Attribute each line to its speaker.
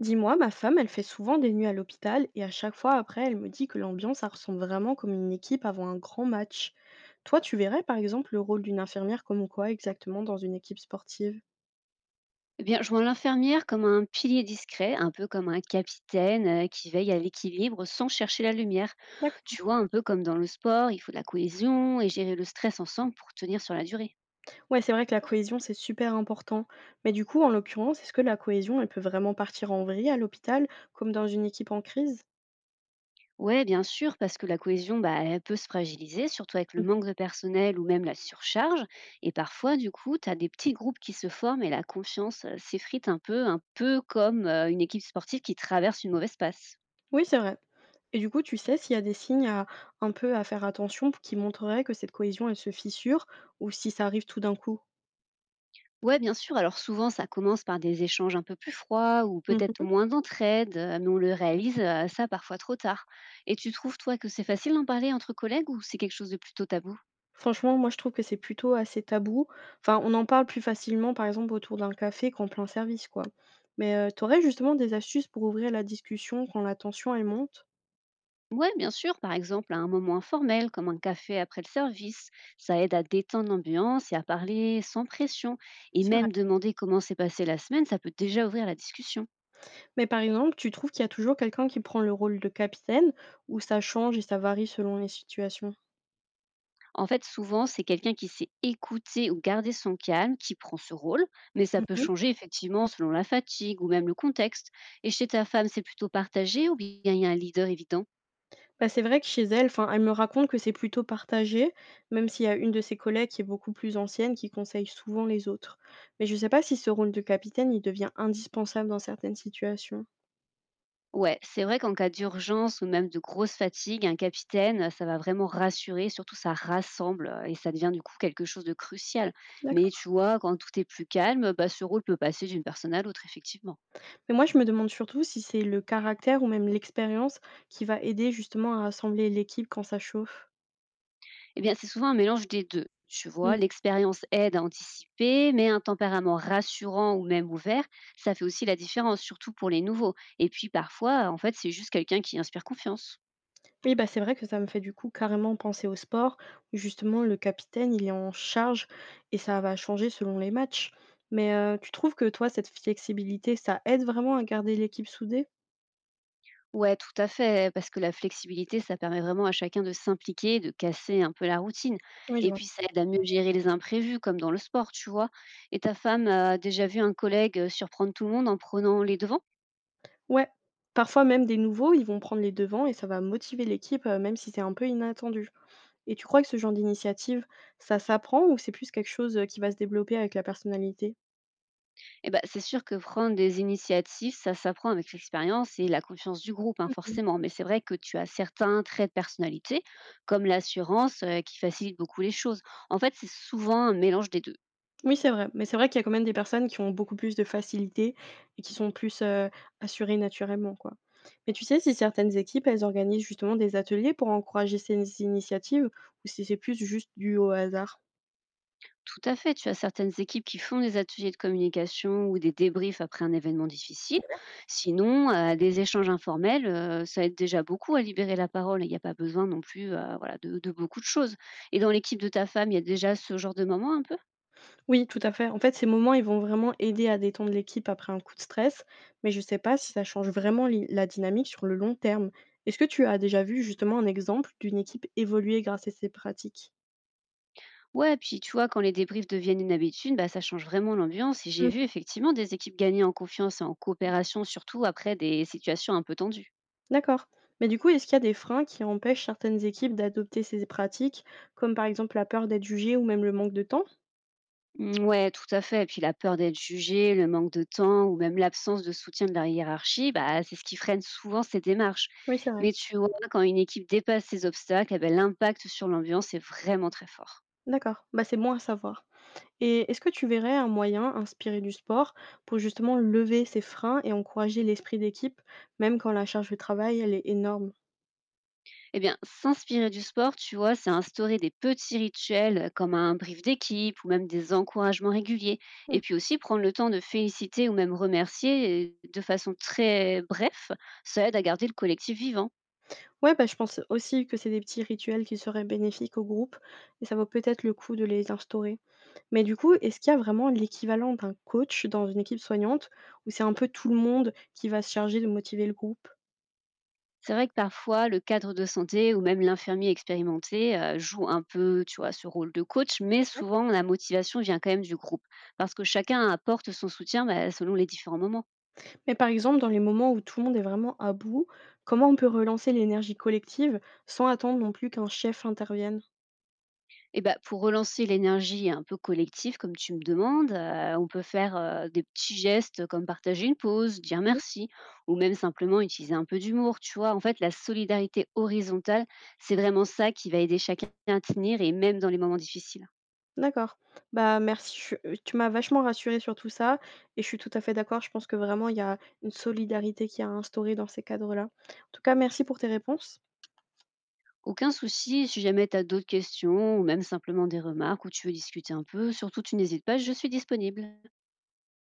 Speaker 1: Dis-moi, ma femme, elle fait souvent des nuits à l'hôpital et à chaque fois après, elle me dit que l'ambiance, ça ressemble vraiment comme une équipe avant un grand match. Toi, tu verrais par exemple le rôle d'une infirmière comme quoi exactement dans une équipe sportive?
Speaker 2: Eh bien, je vois l'infirmière comme un pilier discret, un peu comme un capitaine qui veille à l'équilibre sans chercher la lumière.
Speaker 1: D'ac-
Speaker 2: Tu vois, un peu comme dans le sport, il faut de la cohésion et gérer le stress ensemble pour tenir sur la durée.
Speaker 1: Ouais, c'est vrai que la cohésion, c'est super important. Mais du coup, en l'occurrence, est-ce que la cohésion, elle peut vraiment partir en vrille à l'hôpital comme dans une équipe en crise?
Speaker 2: Ouais, bien sûr, parce que la cohésion, bah, elle peut se fragiliser, surtout avec le
Speaker 1: Mm.
Speaker 2: manque de personnel ou même la surcharge. Et parfois, du coup, tu as des petits groupes qui se forment et la confiance s'effrite un peu comme une équipe sportive qui traverse une mauvaise passe.
Speaker 1: Oui, c'est vrai. Et du coup, tu sais s'il y a des signes à, un peu à faire attention qui montreraient que cette cohésion, elle se fissure ou si ça arrive tout d'un coup?
Speaker 2: Ouais, bien sûr. Alors souvent, ça commence par des échanges un peu plus froids ou peut-être moins d'entraide, mais on le réalise ça parfois trop tard. Et tu trouves, toi, que c'est facile d'en parler entre collègues ou c'est quelque chose de plutôt tabou?
Speaker 1: Franchement, moi je trouve que c'est plutôt assez tabou. Enfin, on en parle plus facilement, par exemple, autour d'un café qu'en plein service, quoi. Mais, tu justement des astuces pour ouvrir la discussion quand la tension, elle monte?
Speaker 2: Ouais, bien sûr. Par exemple, à un moment informel, comme un café après le service, ça aide à détendre l'ambiance et à parler sans pression. Et
Speaker 1: C'est vrai.
Speaker 2: même demander comment s'est passée la semaine, ça peut déjà ouvrir la discussion.
Speaker 1: Mais par exemple, tu trouves qu'il y a toujours quelqu'un qui prend le rôle de capitaine ou ça change et ça varie selon les situations?
Speaker 2: En fait, souvent, c'est quelqu'un qui sait écouter ou garder son calme qui prend ce rôle, mais ça peut
Speaker 1: Mmh.
Speaker 2: changer effectivement selon la fatigue ou même le contexte. Et chez ta femme, c'est plutôt partagé ou bien il y a un leader évident?
Speaker 1: Bah, c'est vrai que chez elle, enfin, elle me raconte que c'est plutôt partagé, même s'il y a une de ses collègues qui est beaucoup plus ancienne qui conseille souvent les autres. Mais je sais pas si ce rôle de capitaine, il devient indispensable dans certaines situations.
Speaker 2: Ouais, c'est vrai qu'en cas d'urgence ou même de grosse fatigue, un capitaine, ça va vraiment rassurer, surtout ça rassemble et ça devient du coup quelque chose de crucial. Mais
Speaker 1: D'accord.
Speaker 2: tu vois, quand tout est plus calme, bah, ce rôle peut passer d'une personne à l'autre, effectivement.
Speaker 1: Mais moi, je me demande surtout si c'est le caractère ou même l'expérience qui va aider justement à rassembler l'équipe quand ça chauffe.
Speaker 2: Eh bien, c'est souvent un mélange des 2. Tu vois,
Speaker 1: Mmh.
Speaker 2: l'expérience aide à anticiper, mais un tempérament rassurant ou même ouvert, ça fait aussi la différence, surtout pour les nouveaux. Et puis parfois, en fait, c'est juste quelqu'un qui inspire confiance.
Speaker 1: Oui, bah, c'est vrai que ça me fait du coup carrément penser au sport, où justement le capitaine, il est en charge et ça va changer selon les matchs. Mais tu trouves que toi, cette flexibilité, ça aide vraiment à garder l'équipe soudée?
Speaker 2: Ouais, tout à fait, parce que la flexibilité, ça permet vraiment à chacun de s'impliquer, de casser un peu la routine.
Speaker 1: Oui, je
Speaker 2: Et
Speaker 1: vois.
Speaker 2: puis, ça aide à mieux gérer les imprévus, comme dans le sport, tu vois. Et ta femme a déjà vu un collègue surprendre tout le monde en prenant les devants?
Speaker 1: Ouais, parfois même des nouveaux, ils vont prendre les devants et ça va motiver l'équipe, même si c'est un peu inattendu. Et tu crois que ce genre d'initiative, ça s'apprend ou c'est plus quelque chose, qui va se développer avec la personnalité?
Speaker 2: Eh ben, c'est sûr que prendre des initiatives, ça s'apprend avec l'expérience et la confiance du groupe, hein,
Speaker 1: Mmh.
Speaker 2: forcément. Mais c'est vrai que tu as certains traits de personnalité, comme l'assurance, qui facilite beaucoup les choses. En fait, c'est souvent un mélange des deux.
Speaker 1: Oui, c'est vrai, mais c'est vrai qu'il y a quand même des personnes qui ont beaucoup plus de facilité et qui sont plus, assurées naturellement, quoi. Mais tu sais si certaines équipes, elles organisent justement des ateliers pour encourager ces initiatives ou si c'est plus juste dû au hasard?
Speaker 2: Tout à fait, tu as certaines équipes qui font des ateliers de communication ou des débriefs après un événement difficile. Sinon, des échanges informels, ça aide déjà beaucoup à libérer la parole. Il n'y a pas besoin non plus voilà, de beaucoup de choses. Et dans l'équipe de ta femme, il y a déjà ce genre de moment un peu?
Speaker 1: Oui, tout à fait. En fait, ces moments, ils vont vraiment aider à détendre l'équipe après un coup de stress, mais je sais pas si ça change vraiment la dynamique sur le long terme. Est-ce que tu as déjà vu justement un exemple d'une équipe évoluer grâce à ces pratiques?
Speaker 2: Ouais, puis tu vois, quand les débriefs deviennent une habitude, bah, ça change vraiment l'ambiance. Et j'ai
Speaker 1: Mm.
Speaker 2: vu effectivement des équipes gagner en confiance et en coopération, surtout après des situations un peu tendues.
Speaker 1: D'accord. Mais du coup, est-ce qu'il y a des freins qui empêchent certaines équipes d'adopter ces pratiques, comme par exemple la peur d'être jugée ou même le manque de temps?
Speaker 2: Mm, ouais, tout à fait. Et puis la peur d'être jugé, le manque de temps ou même l'absence de soutien de la hiérarchie, bah, c'est ce qui freine souvent ces démarches.
Speaker 1: Oui, c'est vrai.
Speaker 2: Mais tu vois, quand une équipe dépasse ces obstacles, eh ben, l'impact sur l'ambiance est vraiment très fort.
Speaker 1: D'accord. Bah, c'est bon à savoir. Et est-ce que tu verrais un moyen inspiré du sport pour justement lever ces freins et encourager l'esprit d'équipe, même quand la charge de travail, elle est énorme?
Speaker 2: Eh bien, s'inspirer du sport, tu vois, c'est instaurer des petits rituels comme un brief d'équipe ou même des encouragements réguliers. Et
Speaker 1: Mmh.
Speaker 2: puis aussi prendre le temps de féliciter ou même remercier de façon très bref, ça aide à garder le collectif vivant.
Speaker 1: Ouais, bah, je pense aussi que c'est des petits rituels qui seraient bénéfiques au groupe et ça vaut peut-être le coup de les instaurer. Mais du coup, est-ce qu'il y a vraiment l'équivalent d'un coach dans une équipe soignante où c'est un peu tout le monde qui va se charger de motiver le groupe?
Speaker 2: C'est vrai que parfois, le cadre de santé ou même l'infirmier expérimenté joue un peu, tu vois, ce rôle de coach, mais
Speaker 1: Ouais.
Speaker 2: souvent la motivation vient quand même du groupe parce que chacun apporte son soutien bah, selon les différents moments.
Speaker 1: Mais par exemple, dans les moments où tout le monde est vraiment à bout, comment on peut relancer l'énergie collective sans attendre non plus qu'un chef intervienne?
Speaker 2: Et ben, pour relancer l'énergie un peu collective, comme tu me demandes, on peut faire, des petits gestes comme partager une pause, dire merci ou même simplement utiliser un peu d'humour, tu vois? En fait, la solidarité horizontale, c'est vraiment ça qui va aider chacun à tenir et même dans les moments difficiles.
Speaker 1: D'accord. Bah, merci, je tu m'as vachement rassurée sur tout ça et je suis tout à fait d'accord. Je pense que vraiment il y a une solidarité qui a à dans ces cadres-là. En tout cas, merci pour tes réponses.
Speaker 2: Aucun souci, si jamais tu as d'autres questions ou même simplement des remarques ou tu veux discuter un peu, surtout tu n'hésites pas, je suis disponible.